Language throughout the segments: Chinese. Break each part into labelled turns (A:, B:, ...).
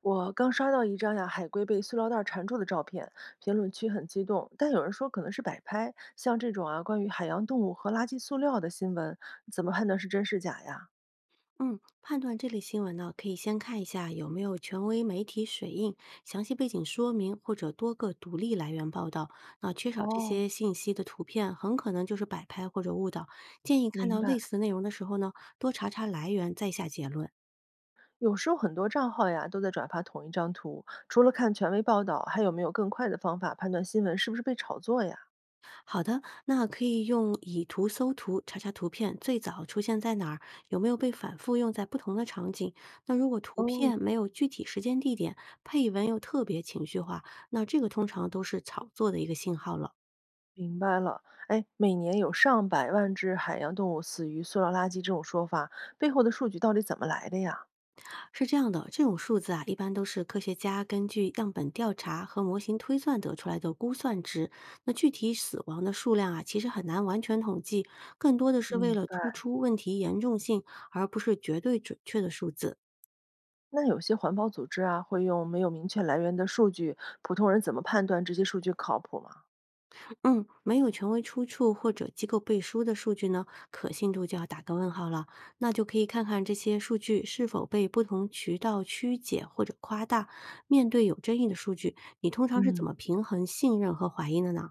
A: 我刚刷到一张呀海龟被塑料袋儿缠住的照片，评论区很激动，但有人说可能是摆拍。像这种啊关于海洋动物和垃圾塑料的新闻，怎么判断是真是假呀？
B: 嗯，判断这类新闻呢，可以先看一下有没有权威媒体水印、详细背景说明或者多个独立来源报道。那缺少这
A: 哦，
B: 些信息的图片，很可能就是摆拍或者误导。建议看
A: 明
B: 到
A: 白。
B: 类似内容的时候呢，多查查来源再下结论。
A: 有时候很多账号呀都在转发同一张图，除了看权威报道，还有没有更快的方法判断新闻是不是被炒作呀？
B: 好的，那可以用以图搜图，查查图片最早出现在哪儿，有没有被反复用在不同的场景。那如果图
A: 哦，
B: 片没有具体时间地点，配文又特别情绪化，那这个通常都是炒作的一个信号了。
A: 明白了，哎，每年有上百万只海洋动物死于塑料垃圾这种说法，背后的数据到底怎么来的呀？
B: 是这样的，这种数字啊，一般都是科学家根据样本调查和模型推算得出来的估算值。那具体死亡的数量啊，其实很难完全统计，更多的是为
A: 明
B: 了突
A: 白。
B: 出问题严重性，而不是绝对准确的数字。
A: 那有些环保组织啊，会用没有明确来源的数据，普通人怎么判断这些数据靠谱吗？
B: 嗯，没有权威出处或者机构背书的数据呢，可信度就要打个问号了。那就可以看看这些数据是否被不同渠道曲解或者夸大。面对有争议的数据，你通常是怎么
A: 嗯，
B: 平衡信任和怀疑的呢？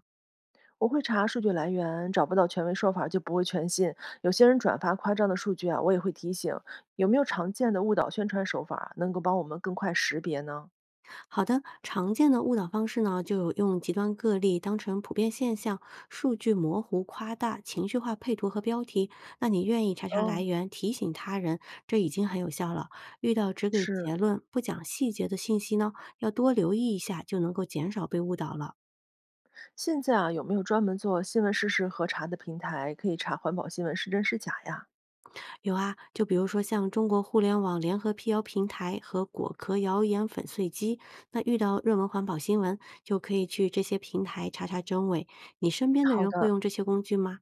A: 我会查数据来源，找不到权威说法就不会全信。有些人转发夸张的数据啊，我也会提醒。有没有常见的误导宣传手法，能够帮我们更快识别呢？
B: 好的，常见的误导方式呢，就有用极端个例当成普遍现象，数据模糊、夸大、情绪化配图和标题。那你愿意查查来
A: 嗯，
B: 源，提醒他人，这已经很有效了。遇到只给
A: 是，
B: 结论不讲细节的信息呢，要多留意一下，就能够减少被误导了。
A: 现在啊，有没有专门做新闻事实核查的平台，可以查环保新闻是真是假呀？
B: 有啊，就比如说像中国互联网联合辟谣平台和果壳谣言粉碎机，那遇到热门环保新闻，就可以去这些平台查查真伪。你身边的
A: 好
B: 人会
A: 的。
B: 用这些工具吗？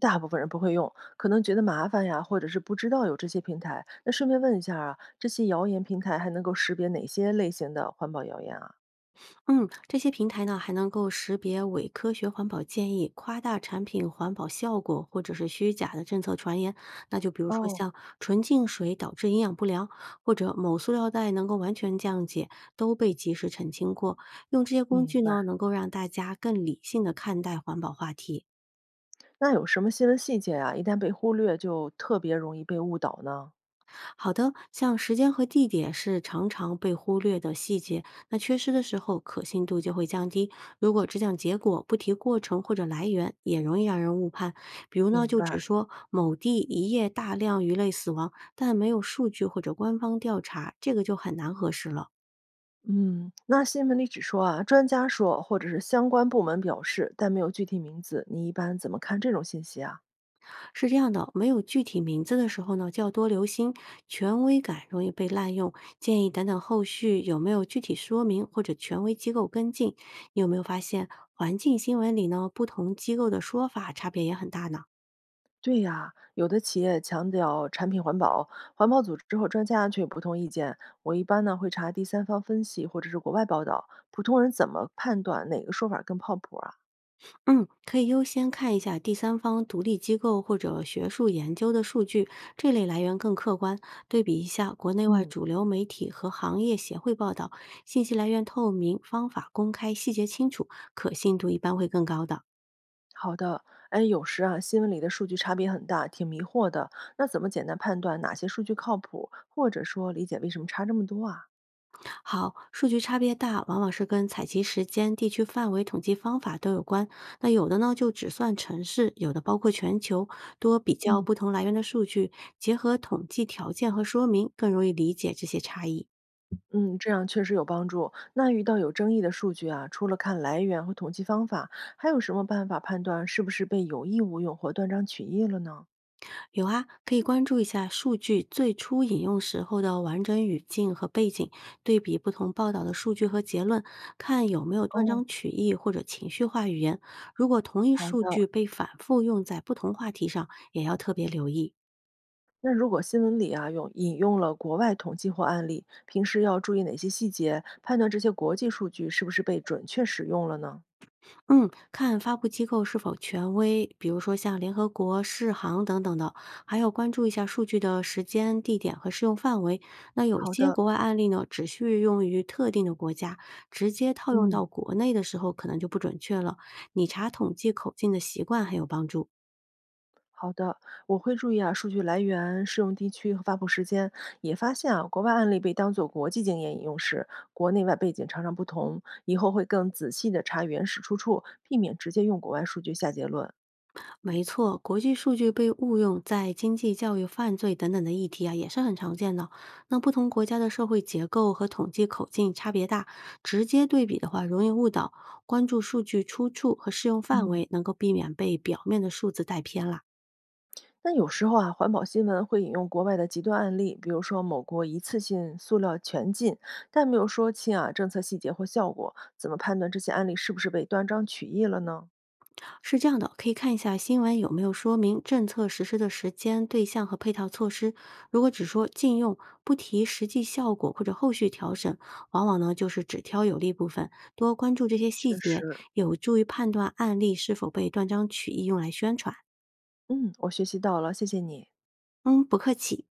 A: 大部分人不会用，可能觉得麻烦呀，或者是不知道有这些平台。那顺便问一下啊，这些谣言平台还能够识别哪些类型的环保谣言啊？
B: 嗯，这些平台呢还能够识别伪科学环保建议、夸大产品环保效果或者是虚假的政策传言。那就比如说
A: 哦，
B: 像纯净水导致营养不良，或者某塑料袋能够完全降解，都被及时澄清过。用这些工具
A: 明白。
B: 呢，能够让大家更理性的看待环保话题。
A: 那有什么新闻细节啊？一旦被忽略，就特别容易被误导呢？
B: 好的，像时间和地点是常常被忽略的细节，那缺失的时候可信度就会降低。如果只讲结果，不提过程或者来源，也容易让人误判。比如呢，
A: 明
B: 就只
A: 白。
B: 说某地一夜大量鱼类死亡，但没有数据或者官方调查，这个就很难核实了。
A: 嗯，那新闻里只说啊，专家说，或者是相关部门表示，但没有具体名字。你一般怎么看这种信息啊？
B: 是这样的，没有具体名字的时候呢，就要多留心，权威感容易被滥用。建议等等后续有没有具体说明或者权威机构跟进。你有没有发现环境新闻里呢，不同机构的说法差别也很大呢？
A: 对呀，有的企业强调产品环保，环保组织和专家却有不同意见。我一般呢会查第三方分析或者是国外报道，普通人怎么判断哪个说法更靠谱啊？
B: 嗯，可以优先看一下第三方独立机构或者学术研究的数据，这类来源更客观。对比一下国内外
A: 嗯，
B: 主流媒体和行业协会报道，信息来源透明，方法公开，细节清楚，可信度一般会更高的。
A: 好的，哎，有时啊新闻里的数据差别很大，挺迷惑的。那怎么简单判断哪些数据靠谱，或者说理解为什么差这么多啊？
B: 好，数据差别大，往往是跟采集时间、地区范围、统计方法都有关。那有的呢，就只算城市；有的包括全球。多比较
A: 嗯。
B: 不同来源的数据，结合统计条件和说明，更容易理解这些差异。
A: 嗯，这样确实有帮助。那遇到有争议的数据啊，除了看来源和统计方法，还有什么办法判断是不是被有意误用或断章取义了呢？
B: 有啊，可以关注一下数据最初引用时候的完整语境和背景，对比不同报道的数据和结论，看有没有断
A: 哦，
B: 章取义或者情绪化语言。如果同一
A: 好
B: 数据
A: 的，
B: 被反复用在不同话题上，也要特别留意。
A: 那如果新闻里啊用引用了国外统计或案例，平时要注意哪些细节，判断这些国际数据是不是被准确使用了呢？
B: 嗯，看发布机构是否权威，比如说像联合国、世行等等的，还要关注一下数据的时间、地点和适用范围。那有
A: 好
B: 些
A: 的，
B: 国外案例呢，只适用于特定的国家，直接套用
A: 嗯。
B: 到国内的时候，可能就不准确了。你查统计口径的习惯很有帮助。
A: 好的，我会注意啊，数据来源、适用地区和发布时间。也发现啊，国外案例被当作国际经验引用时，国内外背景常常不同。以后会更仔细的查原始出处，避免直接用国外数据下结论。
B: 没错，国际数据被误用在经济、教育、犯罪等等的议题啊，也是很常见的。那不同国家的社会结构和统计口径差别大，直接对比的话容易误导。关注数据出处和适用范
A: 嗯，
B: 围，能够避免被表面的数字带偏了。
A: 那有时候啊，环保新闻会引用国外的极端案例，比如说某国一次性塑料全禁，但没有说清啊政策细节或效果。怎么判断这些案例是不是被断章取义了呢？
B: 是这样的，可以看一下新闻有没有说明政策实施的时间、对象和配套措施。如果只说禁用，不提实际效果或者后续调整，往往呢就是只挑有利部分。多关注这些细
A: 确
B: 节，
A: 实。
B: 有助于判断案例是否被断章取义用来宣传。
A: 嗯，我学习到了，谢谢你。
B: 嗯，不客气。